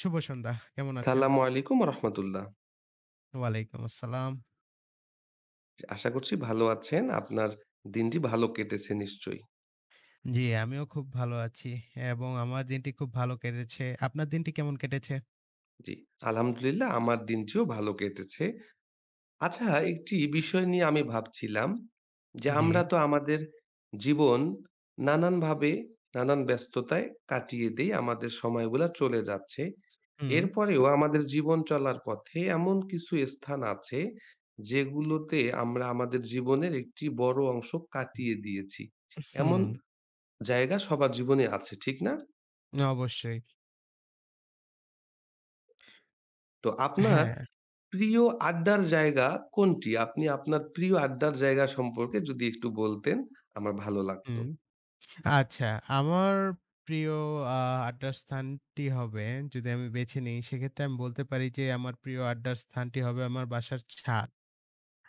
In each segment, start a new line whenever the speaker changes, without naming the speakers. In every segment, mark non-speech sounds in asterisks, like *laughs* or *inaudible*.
শুভ সন্ধ্যা। কেমন আছেন?
সালামু আলাইকুম রাহমাতুল্লাহ।
ওয়ালাইকুম আসসালাম।
আশা করছি ভালো আছেন। আপনার দিনটি ভালো কেটেছে নিশ্চয়ই।
জি, আমিও খুব ভালো আছি এবং আমার দিনটি খুব ভালো কেটেছে। আপনার দিনটি কেমন কেটেছে?
জি। আলহামদুলিল্লাহ আমার দিনটিও ভালো কেটেছে। আচ্ছা একটি বিষয় নিয়ে আমি ভাবছিলাম যে
জি।
আমরা তো আমাদের জীবন নানানভাবে নানান ব্যস্ততায় কাটিয়ে দেই। আমাদের সময়গুলা চলে যাচ্ছে।
হুম,
এরপরেও আমাদের জীবন চলার পথে এমন কিছু স্থান আছে যেগুলোতে আমরা আমাদের জীবনের একটি বড় অংশ কাটিয়ে দিয়েছি। এমন
হুম,
জায়গা সবার জীবনে আছে, ঠিক না?
অবশ্যই।
তো আপনার
হ্যাঁ,
প্রিয় আড্ডার জায়গা কোনটি? আপনি আপনার প্রিয় আড্ডার জায়গা সম্পর্কে যদি একটু বলতেন আমার ভালো লাগতো।
হুম। আচ্ছা, আমার প্রিয় আ আড্ডার স্থানটি হবে যদি আমি বেছে নিই, সেক্ষেত্রে আমি বলতে পারি যে আমার প্রিয় আড্ডার স্থানটি হবে আমার বাসার ছাদ।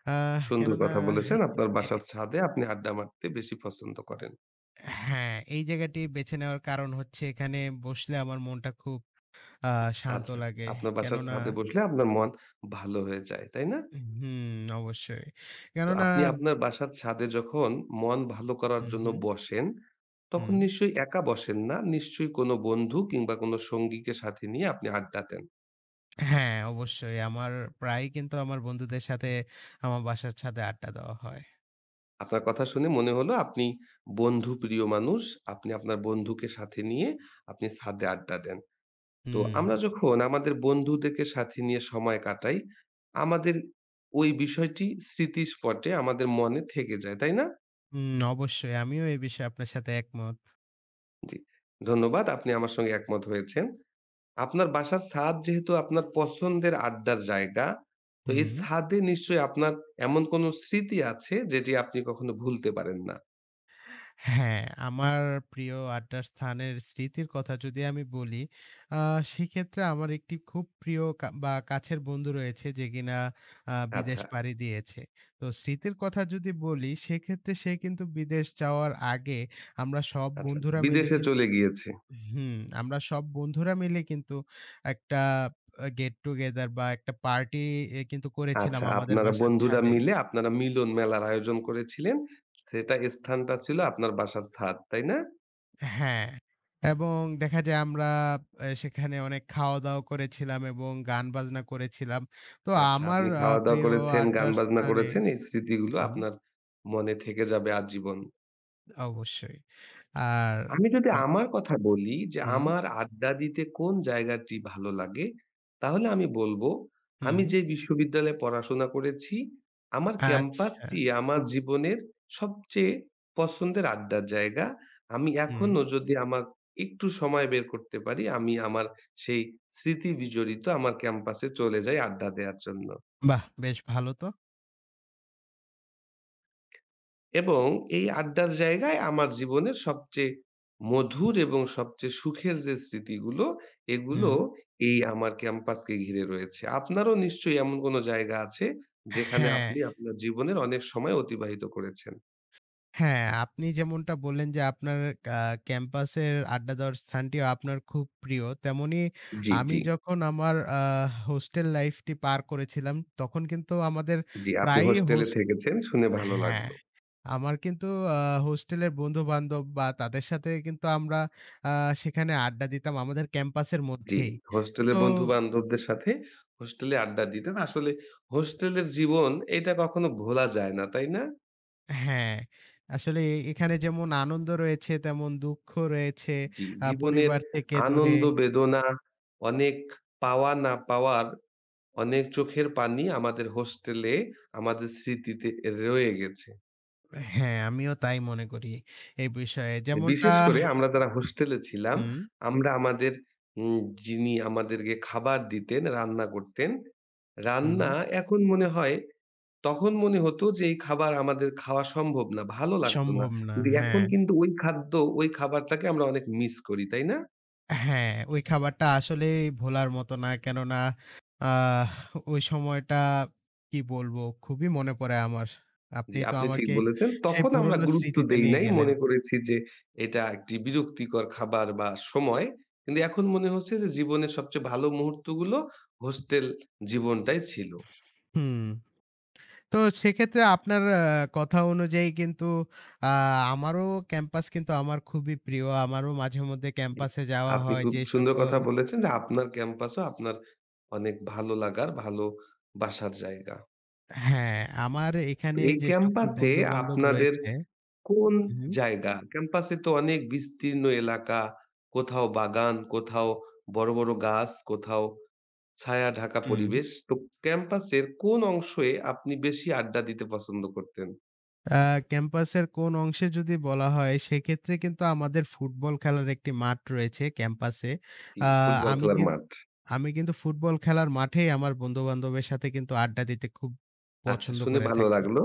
সুন্দর
কেননা
কথা বলেছেন। আপনার
এ
বাসার ছাদে আপনি আড্ডা মারতে বেশি পছন্দ করেন।
হ্যাঁ, এই জায়গাটি বেছে নেওয়ার কারণ হচ্ছে এখানে বসলে আমার মনটা খুব আ শান্ত
আচ্ছা,
লাগে।
আপনার বাসার
কেননা
ছাদে বসলে আপনার মন ভালো হয়ে যায়, তাই না?
হুম, অবশ্যই।
তো
কেননা
আপনি আপনার বাসার ছাদে যখন মন ভালো করার
হুম,
জন্য
হুম,
বসেন, তখন
হুম।
নিশ্চয়ই একা বসেন না? নিশ্চয়ই কোনো বন্ধু কিংবা কোনো সঙ্গীকে সাথে নিয়ে আপনি আড্ডা দেন।
হ্যাঁ, অবশ্যই। আমার প্রায়ই কিন্তু আমার বন্ধুদের সাথে আমার বাসার ছাদে আড্ডা দেওয়া হয়।
আপনার কথা শুনে মনে হলো আপনি বন্ধুপ্রিয় মানুষ। আপনি আপনার বন্ধুকে সাথে নিয়ে আপনি ছাদে আড্ডা দেন। তো
হুম,
আমরা যখন আমাদের বন্ধুদেরকে সাথে নিয়ে সময় কাটাই, আমাদের ওই বিষয়টি স্মৃতিস্পটে আমাদের মনে থেকে যায়। তাই না?
হুম, অবশ্যই। আমিও এ বিষয়ে আপনার সাথে একমত।
জি। ধন্যবাদ। আপনি আমার সঙ্গে একমত হয়েছেন। আপনার বাসার ছাদ যেহেতু আপনার পছন্দের আড্ডার জায়গা, তো এই
হুম।
ছাদে নিশ্চয়ই আপনার এমন কোনো স্মৃতি আছে যেটি আপনি কখনো ভুলতে পারেন না।
হ্যাঁ, আমার প্রিয় আড্ডার স্থানের স্মৃতির কথা যদি আমি বলি, আ সেক্ষেত্রে আমার একটি খুব প্রিয় কা বা কাছের বন্ধু রয়েছে যে কিনা বিদেশ
আচ্ছা,
পাড়ি দিয়েছে। তো স্মৃতির কথা যদি বলি, সেক্ষেত্রে সে কিন্তু বিদেশ যাওয়ার আগে আমরা সব
আচ্ছা।
বন্ধুরা মিলে
বিদেশে
কিন্তু
চলে গিয়েছে।
হুম, আমরা সব বন্ধুরা মিলে কিন্তু একটা get together বা একটা পার্টি কিন্তু করেছিলাম
আচ্ছা,
আমাদের
আপনারা
বাসার
বন্ধুরা
ছাদে।
মিলে আপনারা মিলন মেলার আয়োজন করেছিলেন। সেটা স্থানটা ছিল আপনার বাসার ছাদ, তাই না?
হ্যাঁ, এবং দেখা যায় আমরা সেখানে অনেক খাওয়া-দাওয়া করেছিলাম এবং গান-বাজনা করেছিলাম। তো
আচ্ছা,
আমার
আপনি
আচ্ছা।
খাওয়া-দাওয়া
প্রিয়
করেছেন, গান
আড্ডার
বাজনা
স্থানে
করেছেন। এই স্মৃতিগুলো
হুম,
আপনার মনে থেকে যাবে আজীবন।
অবশ্যই। আর
আমি যদি
আম
আমার কথা বলি যে
হুম,
আমার আড্ডা দিতে কোন জায়গাটি ভালো লাগে, তাহলে আমি বলবো আমি
হুম।
যে বিশ্ববিদ্যালয়ে পড়াশোনা করেছি, আমার
আচ্ছা।
ক্যাম্পাসটি আমার জীবনের সবচেয়ে পছন্দের আড্ডার জায়গা। আমি
হুম,
এখনো যদি আমার একটু সময় বের করতে পারি, আমি আমার সেই স্মৃতি বিজড়িত আমার ক্যাম্পাসে চলে যাই আড্ডা দেওয়ার জন্য।
বাহ! বেশ ভালো তো।
এবং এই আড্ডার জায়গায় আমার জীবনের সবচেয়ে মধুর এবং সবচেয়ে সুখের যে স্মৃতিগুলো, এগুলো
হুম,
এই আমার ক্যাম্পাসকে ঘিরে রয়েছে। আপনারও নিশ্চয়ই এমন কোনো জায়গা আছে যেখানে
হ্যাঁ।
আপনি আপনার জীবনের অনেক সময় অতিবাহিত করেছেন?
হ্যাঁ, আপনি যেমনটা বললেন যে আপনার আ ক্যাম্পাসের আড্ডা দেওয়ার স্থানটিও আপনার খুব প্রিয়। তেমনি
জি,
আমি
জি,
যখন আমার হোস্টেল লাইফটি পার করেছিলাম, তখন কিন্তু আমাদের
জি। আপনি
প্রায়ই
হোস্টেলে
হোস
থেকেছেন শুনে ভালো
হ্যাঁ,
লাগলো।
আমার কিন্তু আ হোস্টেলের বন্ধু-বান্ধব বা তাদের সাথে কিন্তু আমরা আ সেখানে আড্ডা দিতাম আমাদের ক্যাম্পাসের
জি,
মধ্যেই।
হোস্টেলে
তো
বন্ধু-বান্ধবদের সাথে হোস্টেলে আড্ডা দিতেন। আসলে হোস্টেলের জীবন এটা কখনো ভোলা যায় না, তাই না?
হ্যাঁ, আসলে এখানে যেমন আনন্দ রয়েছে, তেমন দুঃখ রয়েছে,
জি, জীবনের
পরিবার থেকে দূরে
আনন্দ বেদনা, অনেক পাওয়া না পাওয়ার, অনেক চোখের পানি আমাদের হোস্টেলে আমাদের স্মৃতিতে রয়ে গেছে।
হ্যাঁ, আমিও তাই মনে করি এই বিষয়ে। যেমনটা
বিশেষ করে আমরা যারা হোস্টেলে ছিলাম,
হুম,
আমরা আমাদের উম যিনি আমাদেরকে খাবার দিতেন, রান্না করতেন।
হুম।
রান্না এখন মনে হয় তখন মনে হতো যে এই খাবার আমাদের খাওয়া সম্ভব না, ভালো লাগতো না।
সম্ভব না।
কিন্তু এখন
হ্যাঁ,
কিন্তু ওই খাদ্য, ওই খাবারটাকে আমরা অনেক মিস করি, তাই না?
হ্যাঁ, ওই খাবারটা আসলেই ভোলার মতো না। কেননা আহ ওই সময়টা কি বলবো? খুবই মনে পড়ে আমার।
জি,
আপনি তো
আপনি ঠিক
আমাকে
বলেছেন।
সেই
তখন আমরা
পুরনো
গুরুত্ব
স্মৃতিতে
দেই
নিয়ে
নাই।
গেলেন।
মনে করেছি যে এটা একটি বিরক্তিকর খাবার বা সময়। কিন্তু এখন মনে হচ্ছে যে জীবনের সবচেয়ে ভালো মুহূর্তগুলো হোস্টেল জীবনটাই ছিল।
হুম। তো সেক্ষেত্রে আপনার কথা অনুযায়ী কিন্তু আ আমারও ক্যাম্পাস কিন্তু আমার খুবই প্রিয়। আমারও মাঝে মধ্যে
জি।
ক্যাম্পাসে যাওয়া
আপনি
হয়
খুব
যে
সুন্দর
সকল
কথা বলেছেন যে আপনার ক্যাম্পাসও আপনার অনেক ভালো লাগার, ভালো বাসার জায়গা।
হ্যাঁ, আমার
তো
এখানে
এই
যে সকল
ক্যাম্পাসে
বন্ধু-বান্ধব
আপনাদের
রয়েছে
কোন
হুম,
জায়গা? ক্যাম্পাসে তো অনেক বিস্তীর্ণ এলাকা, কোথাও বাগান, কোথাও বড়, বড় গাছ, কোথাও ছায়া ঢাকা
হুম।
পরিবেশ। তো ক্যাম্পাসের কোন অংশে আপনি বেশি আড্ডা দিতে পছন্দ করতেন?
আ ক্যাম্পাসের কোন অংশে যদি বলা হয়, সেক্ষেত্রে কিন্তু আমাদের ফুটবল খেলার একটি মাঠ রয়েছে ক্যাম্পাসে।
কি
আ
ফুটবল
আমি
খেলার
কিন
মাঠ।
আমি কিন্তু ফুটবল খেলার মাঠেই আমার বন্ধু-বান্ধবের সাথে কিন্তু আড্ডা দিতে খুব
আচ্ছা
পছন্দ
শুনে
করে
ভালো
থাকি।
লাগলো।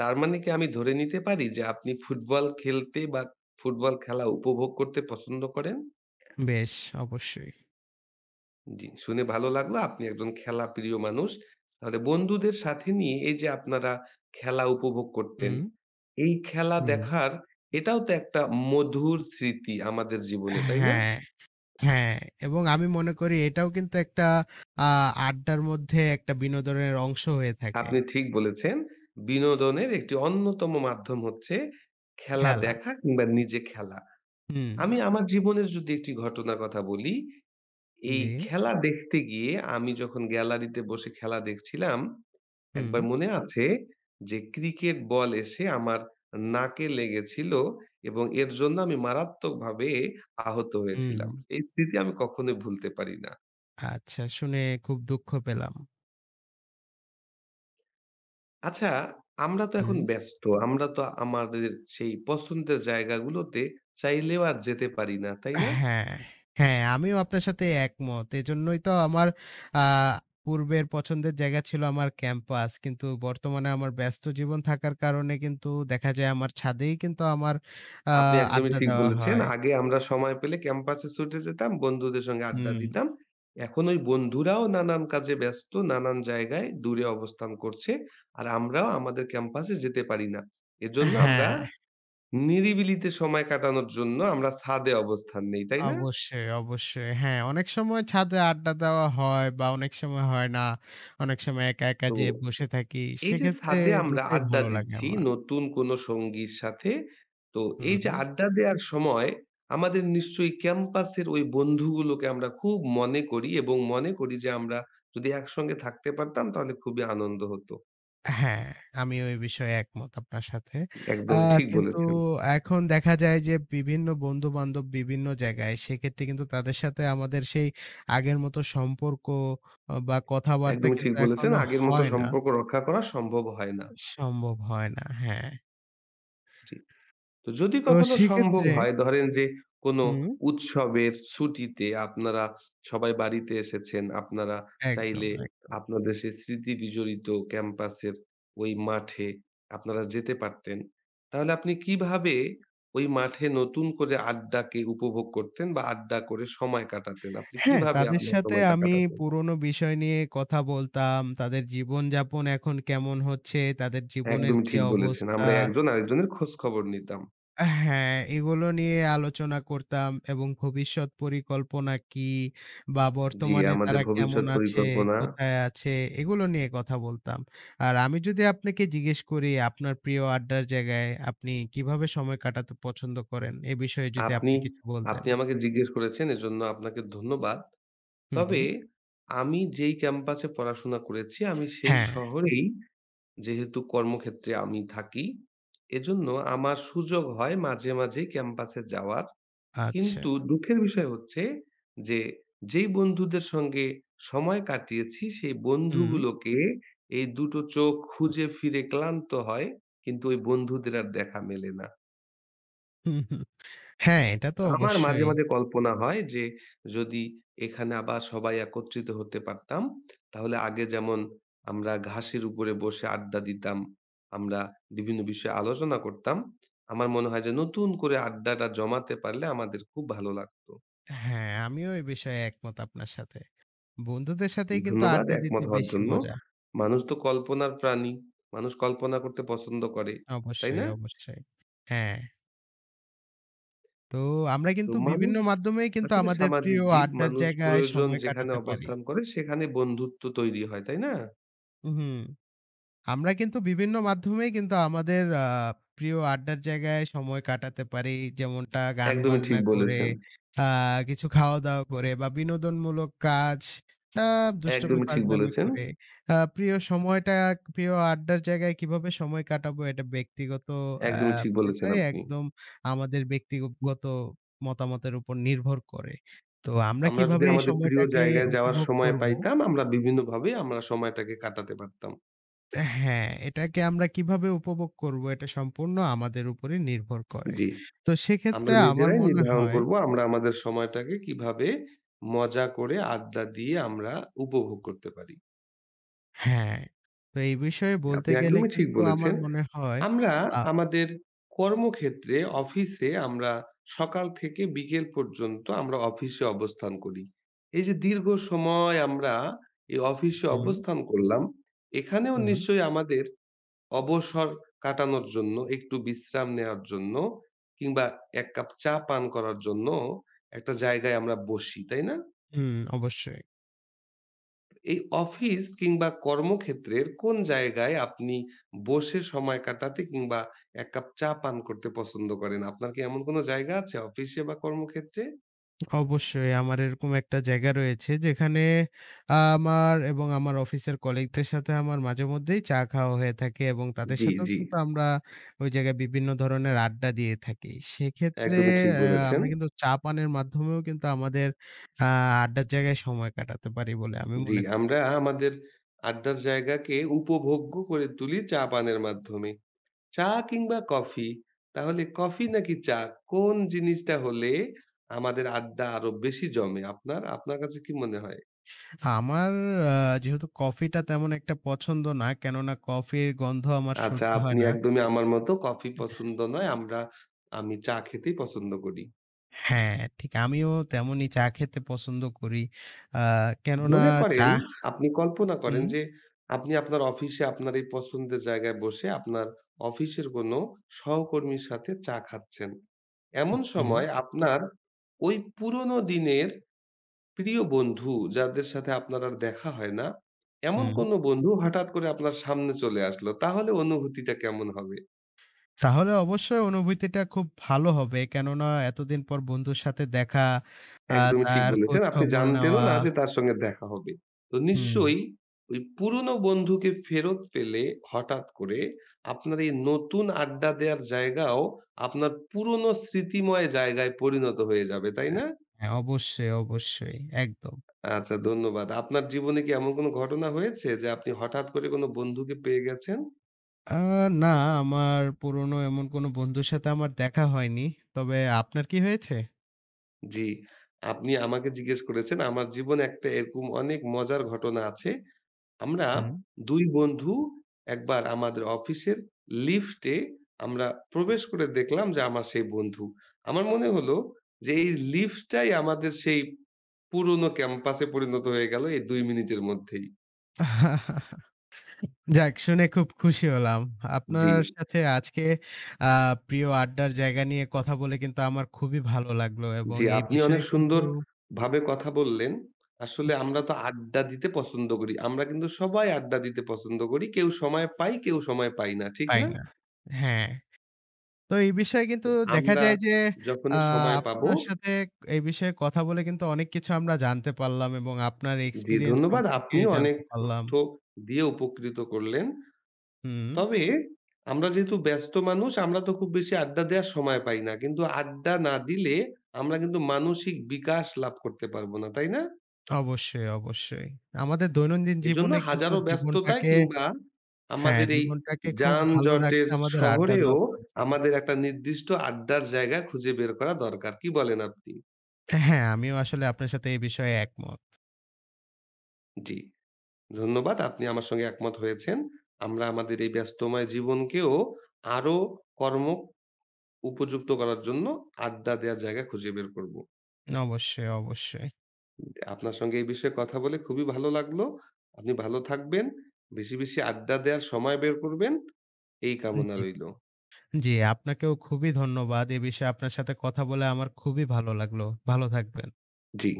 তার মানে কি আমি ধরে নিতে পারি যে আপনি ফুটবল খেলতে বা ফুটবল খেলা উপভোগ করতে পছন্দ করেন?
বেশ, অবশ্যই।
জি, শুনে ভালো লাগলো। আপনি একজন খেলা প্রিয় মানুষ। তাহলে বন্ধুদের সাথে নিয়ে এই যে আপনারা খেলা উপভোগ করতেন,
হুম,
এই খেলা
হুম।
দেখার এটাও তো একটা মধুর স্মৃতি আমাদের জীবনে, তাই না?
হ্যাঁ, হ্যাঁ এবং আমি মনে করি এটাও কিন্তু একটা আ আড্ডার মধ্যে একটা বিনোদনের অংশ হয়ে থাকে।
আপনি ঠিক বলেছেন। বিনোদনের একটি অন্যতম মাধ্যম হচ্ছে খেলা
খেলা।
দেখা কিংবা নিজে খেলা।
হুম।
আমি আমার জীবনের যদি একটি ঘটনার কথা বলি, এই
জি।
খেলা দেখতে গিয়ে আমি যখন গ্যালারিতে বসে খেলা দেখছিলাম,
হুম,
একবার মনে আছে যে ক্রিকেট বল এসে আমার নাকে লেগেছিল এবং এর জন্য আমি মারাত্মকভাবে আহত
হুম।
হয়েছিলাম। এই স্মৃতি আমি কখনোই ভুলতে পারি না।
আচ্ছা শুনে খুব দুঃখ পেলাম।
আচ্ছা, আমরা তো এখন
হুম।
ব্যস্ত। আমরা তো আমাদের সেই পছন্দের জায়গাগুলোতে চাইলেও আর যেতে পারি না, তাই না?
হ্যাঁ, হ্যাঁ আমিও আপনার সাথে একমত। এজন্যই তো আমার আ পূর্বের পছন্দের জায়গা ছিল আমার ক্যাম্পাস। কিন্তু বর্তমানে আমার ব্যস্ত জীবন থাকার কারণে কিন্তু দেখা যায় আমার ছাদেই কিন্তু আমার আ
আপনি একদমই
আড্ডা
ঠিক
দেওয়া
বলেছেন।
হয়।
আগে আমরা সময় পেলে ক্যাম্পাসে ছুটে যেতাম, বন্ধুদের সঙ্গে আড্ডা
হুম,
দিতাম। এখন ওই বন্ধুরাও নানান কাজে ব্যস্ত, নানান জায়গায় দূরে অবস্থান করছে। আর আমরাও আমাদের ক্যাম্পাসে যেতে পারি না। এজন্য আমরা
হ্যাঁ।
নিরিবিলিতে সময় কাটানোর জন্য আমরা ছাদে অবস্থান নেই, তাই না?
অবশ্যই, অবশ্যই। হ্যাঁ, অনেক সময় ছাদে আড্ডা দেওয়া হয় বা অনেক সময় হয় না। অনেক সময় একা, একা
তো
যেয়ে বসে থাকি।
এই যে
সেক্ষেত্রে
ছাদে আমরা
দুটাই
আড্ডা
ভালো লাগে
দিচ্ছি
আমার।
নতুন কোনো সঙ্গীর সাথে, তো
হুম।
এই যে
হুম।
আড্ডা দেওয়ার সময় আমাদের নিশ্চয়ই ক্যাম্পাসের ওই বন্ধুগুলোকে আমরা খুব মনে করি এবং মনে করি যে আমরা যদি একসঙ্গে থাকতে পারতাম তাহলে খুবই আনন্দ হতো।
হ্যাঁ, আমিও এই বিষয়ে একমত আপনার সাথে। আ
একদমই ঠিক
কিন্তু
বলেছেন।
এখন দেখা যায় যে বিভিন্ন বন্ধু-বান্ধব বিভিন্ন জায়গায়। সেক্ষেত্রে কিন্তু তাদের সাথে আমাদের সেই আগের মতো সম্পর্ক অ বা কথাবার্তা
একদমই ঠিক
কিন্তু
বলেছেন।
এখনো
আগের মতো
হয় না।
সম্পর্ক রক্ষা করা সম্ভব হয় না।
সম্ভব হয় না। হ্যাঁ।
জি। তো যদি
তো
কখনো সম্ভব
সেক্ষেত্রে
হয় ধরেন যে কোনো
হুম,
উৎসবের ছুটিতে আপনারা সবাই বাড়িতে এসেছেন, আপনারা
একদম,
চাইলে
একদম।
আপনাদের সেই স্মৃতি বিজড়িত ক্যাম্পাসের ওই মাঠে আপনারা যেতে পারতেন। তাহলে আপনি কিভাবে ওই মাঠে নতুন করে আড্ডাকে উপভোগ করতেন বা আড্ডা করে সময় কাটাতেন? আপনি
হ্যাঁ,
কিভাবে
তাদের
আপনার
সাথে
সময়টা
আমি
কাটাতেন?
পুরোনো বিষয় নিয়ে কথা বলতাম। তাদের জীবনযাপন এখন কেমন হচ্ছে, তাদের জীবনের
একদমই
কি
ঠিক বলেছেন।
অবস্থা
আমরা একজন আরেকজনের খোঁজখবর নিতাম।
হ্যাঁ, এগুলো নিয়ে আলোচনা করতাম এবং ভবিষ্যৎ পরিকল্পনা কি বা
জি,
বর্তমানে
আমাদের
তারা কেমন
ভবিষ্যৎ
আছে,
পরিকল্পনা
কোথায় আছে, এগুলো নিয়ে কথা বলতাম। আর আমি যদি আপনাকে জিজ্ঞেস করি আপনার প্রিয় আড্ডার জায়গায় আপনি কিভাবে সময় কাটাতে পছন্দ করেন? এ বিষয়ে যদি
আপনি,
আপনি কিছু বলতেন?
আপনি আমাকে জিজ্ঞেস করেছেন এজন্য আপনাকে ধন্যবাদ।
হুম।
তবে আমি যেই ক্যাম্পাসে পড়াশোনা করেছি আমি সেই
হ্যাঁ,
শহরেই যেহেতু কর্মক্ষেত্রে আমি থাকি, এজন্য আমার সুযোগ হয় মাঝে, মাঝেই ক্যাম্পাসে যাওয়ার।
আচ্ছা।
কিন্তু দুঃখের বিষয় হচ্ছে যে, যেই বন্ধুদের সঙ্গে সময় কাটিয়েছি সেই
হুম।
বন্ধুগুলোকে এই দুটো চোখ খুঁজে ফিরে ক্লান্ত হয়। কিন্তু ওই বন্ধুদের আর দেখা মেলে না।
হুম হুম হ্যাঁ, এটা তো
আমার মাঝে,
অবশ্যই।
মাঝে কল্পনা হয় যে যদি এখানে আবার সবাই একত্রিত হতে পারতাম, তাহলে আগে যেমন আমরা ঘাসের উপরে বসে আড্ডা দিতাম, আমরা বিভিন্ন বিষয়ে আলোচনা করতাম। আমার মনে হয় যে নতুন করে আড্ডাটা জমাতে পারলে আমাদের খুব ভালো লাগতো।
হ্যাঁ, আমিও এ বিষয়ে একমত আপনার সাথে। বন্ধুদের সাথেই কিন্তু
ধন্যবাদ
আড্ডা দিতে
একমত হওয়ার
বেশি
জন্য।
মজা।
মানুষ তো কল্পনার প্রাণী। মানুষ কল্পনা করতে পছন্দ করে, তাই না?
অবশ্যই, অবশ্যই। হ্যাঁ, তো আমরা
তো
কিন্তু বিভিন্ন
মানুষ
মাধ্যমেই কিন্তু
আসলে
আমাদের
সামাজিক
প্রিয়
জীব।
আড্ডার
মানুষ
জায়গায়
প্রয়োজন
সময়
যেখানে
কাটাতে পারি।
অবস্থান করে সেখানে বন্ধুত্ব তৈরি হয়, তাই না?
হুম। আমরা কিন্তু বিভিন্ন মাধ্যমেই কিন্তু আমাদের প্রিয় আড্ডার জায়গায় সময় কাটাতে পারি। যেমনটা গান
একদমই ঠিক
বাজনা করে,
বলেছেন,
আ কিছু খাওয়া-দাওয়া করে বা বিনোদনমূলক কাজ, আ দুষ্টুমি
একদমই ঠিক
ফাজলামি
বলেছেন,
করে। আ প্রিয় সময়টা প্রিয় আড্ডার জায়গায় কিভাবে সময় কাটাবো এটা ব্যক্তিগত আ
একদমই ঠিক বলেছেন
পুরোটাই
আপনি।
একদম আমাদের ব্যক্তিগত মতামতের উপর নির্ভর করে। তো আমরা
আমরা যদি
কিভাবে এই
আমাদের প্রিয়
সময়টাকে
জায়গায় যাওয়ার
উপভোগ
সময়
করব
পাইতাম, আমরা বিভিন্নভাবে আমরা সময়টাকে কাটাতে পারতাম।
হ্যাঁ, এটাকে আমরা কিভাবে উপভোগ করব এটা সম্পূর্ণ আমাদের উপরে নির্ভর করে।
জি,
তো সেক্ষেত্রে
আমরা
আমার
নিজেরাই
মনে
নির্ধারণ
হয়
করব আমরা আমাদের সময়টাকে কিভাবে মজা করে আড্ডা দিয়ে আমরা উপভোগ করতে পারি।
হ্যাঁ, তো এই বিষয়ে বলতে
আপনি
গেলে
একদমই ঠিক
কিন্তু আমার
বলেছেন।
মনে হয়
আমরা
আ
আমাদের কর্মক্ষেত্রে, অফিসে আমরা সকাল থেকে বিকেল পর্যন্ত আমরা অফিসে অবস্থান করি। এই যে দীর্ঘ সময় আমরা এই অফিসে
হুম,
অবস্থান করলাম, এখানেও
হুম,
নিশ্চয়ই আমাদের অবসর কাটানোর জন্য, একটু বিশ্রাম নেওয়ার জন্য কিংবা ১ কাপ চা পান করার জন্য একটা জায়গায় আমরা বসি, তাই না?
হুম, অবশ্যই।
এই অফিস কিংবা কর্মক্ষেত্রের কোন জায়গায় আপনি বসে সময় কাটাতে কিংবা ১ কাপ চা পান করতে পছন্দ করেন? আপনার কি এমন কোন জায়গা আছে অফিসে বা কর্মক্ষেত্রে?
অবশ্যই আমার এরকম একটা জায়গা রয়েছে যেখানে আমার এবং আমার অফিসের কলিগদের সাথে আমার মাঝেমধ্যেই চা খাওয়া হয়ে থাকে এবং তাদের
জি,
সাথেও
জি।
কিন্তু আমরা ওই জায়গায় বিভিন্ন ধরনের আড্ডা দিয়ে থাকি। সেক্ষেত্রে
একদমই ঠিক বলেছেন।
আমরা কিন্তু চা পানের মাধ্যমেও কিন্তু আমাদের আ আড্ডার জায়গায় সময় কাটাতে পারি বলে আমি
জি,
মনে করি।
আমরা আমাদের আড্ডার জায়গাকে উপভোগ্য করে তুলি চা পানের মাধ্যমে। চা কিংবা কফি? তাহলে কফি নাকি চা? কোন জিনিসটা হলে আমাদের আড্ডা আরো বেশি জমে? আপনার কাছে কি মনে হয়?
আমার আ যেহেতু কফিটা তেমন একটা পছন্দ না, কেননা কফির গন্ধ আমার
আচ্ছা,
সহ্য হয়
আপনি
না।
একদমই আমার মতো কফি পছন্দ নয়। আমরা আমি চা খেতেই পছন্দ করি।
হ্যাঁ, ঠিক আমিও তেমনই চা খেতে পছন্দ করি। আ কেননা
মনে করেন,
চা
আপনি কল্পনা করেন
হুম,
যে আপনি আপনার অফিসে আপনার এই পছন্দের জায়গায় বসে আপনার অফিসের কোনো সহকর্মীর সাথে চা খাচ্ছেন। এমন
হুম,
সময় আপনার ওই পুরনো দিনের প্রিয় বন্ধু যাদের সাথে আপনার আর দেখা হয় না, এমন
হুম।
কোনো বন্ধু হঠাৎ করে আপনার সামনে চলে আসলো। তাহলে অনুভূতিটা কেমন হবে?
তাহলে অবশ্যই অনুভূতিটা খুব ভালো হবে। কেননা এতদিন পর বন্ধুর সাথে দেখা, আ
একদমই ঠিক
তার
বলেছেন। আপনি
খোঁজখবর
জানতেনও
নেওয়া
না যে তার সঙ্গে দেখা হবে। তো
হুম।
নিশ্চয়ই ওই পুরনো বন্ধুকে ফেরত পেলে হঠাৎ করে আপনার এই নতুন আড্ডা দেওয়ার জায়গাও আপনার পুরনো স্মৃতিময় জায়গায় পরিণত হয়ে যাবে, তাই
অ্যা
না?
হ্যাঁ, অবশ্যই, অবশ্যই। একদম।
আচ্ছা ধন্যবাদ। আপনার জীবনে কি এমন কোনো ঘটনা হয়েছে যে আপনি হঠাৎ করে কোনো বন্ধুকে পেয়ে গেছেন?
আ না, আমার পুরনো এমন কোনো বন্ধুর সাথে আমার দেখা হয়নি। তবে আপনার কি হয়েছে?
জি, আপনি আমাকে জিজ্ঞেস করেছেন। আমার জীবনে একটা এরকম অনেক মজার ঘটনা আছে। আমরা
হুম।
২ বন্ধু একবার আমাদের অফিসের লিফটে আমরা প্রবেশ করে দেখলাম যে আমার সেই বন্ধু। আমার মনে হলো যে এই লিফটটাই আমাদের সেই পুরনো ক্যাম্পাসে পরিণত হয়ে গেল এই ২ মিনিটের মধ্যেই।
*laughs* যাক শুনে খুব খুশি হলাম।
জি,
আপনার সাথে আজকে আ প্রিয় আড্ডার জায়গা নিয়ে কথা বলে কিন্তু আমার খুবই ভালো লাগলো এবং
জি,
এই
আপনি অনেক
বিষয়ে কিন্তু
সুন্দরভাবে কথা বললেন। আসলে আমরা তো আড্ডা দিতে পছন্দ করি। আমরা কিন্তু সবাই আড্ডা দিতে পছন্দ করি। কেউ সময় পাই, কেউ সময় পাই না। ঠিক
পাই
না?
না। হ্যাঁ, তো এই বিষয়ে কিন্তু
তো
দেখা
আমরা
যায় যে আ
যখনই সময় পাবো
আপনার সাথে এই বিষয়ে কথা বলে কিন্তু অনেক কিছু আমরা জানতে পারলাম এবং আপনার
জি,
এক্সপেরিয়েন্স
ধন্যবাদ।
সম্পর্কে
আপনিও অনেক
জানতে পারলাম।
তথ্য দিয়ে উপকৃত করলেন।
হুম,
তবে আমরা যেহেতু ব্যস্ত মানুষ, আমরা তো খুব বেশি আড্ডা দেওয়ার সময় পাই না। কিন্তু আড্ডা না দিলে আমরা কিন্তু মানসিক বিকাশ লাভ করতে পারবো না, তাই না?
অবশ্যই, অবশ্যই। আমাদের দৈনন্দিন
এজন্য
জীবনে কিন্তু
হাজারো ব্যস্ততায়
জীবনটাকে
কিংবা
হ্যাঁ,
আমাদের এই
জীবনটাকে খুব ভালো
যানজটের
রাখতে আমাদের আড্ডা
শহরেও
দেওয়া প্রয়োজন।
আমাদের একটা নির্দিষ্ট আড্ডার জায়গা খুঁজে বের করা দরকার। কি বলেন আপনি?
হ্যাঁ, আমিও আসলে আপনার সাথে এই বিষয়ে একমত।
জি। ধন্যবাদ। আপনি আমার সঙ্গে একমত হয়েছেন। আমরা আমাদের এই ব্যস্তময় জীবনকেও আরো কর্ম উপযুক্ত করার জন্য আড্ডা দেওয়ার জায়গা খুঁজে বের করব।
অবশ্যই, অবশ্যই।
আপনার সঙ্গে এই বিষয়ে কথা বলে খুবই ভালো লাগলো। আপনি ভালো থাকবেন। বেশি, বেশি আড্ডা দেওয়ার সময় বের করবেন এই কামনা
জি,
রইলো।
জি আপনাকেও খুবই ধন্যবাদ। এ বিষয়ে আপনার সাথে কথা বলে আমার খুবই ভালো লাগলো। ভালো থাকবেন।
জি।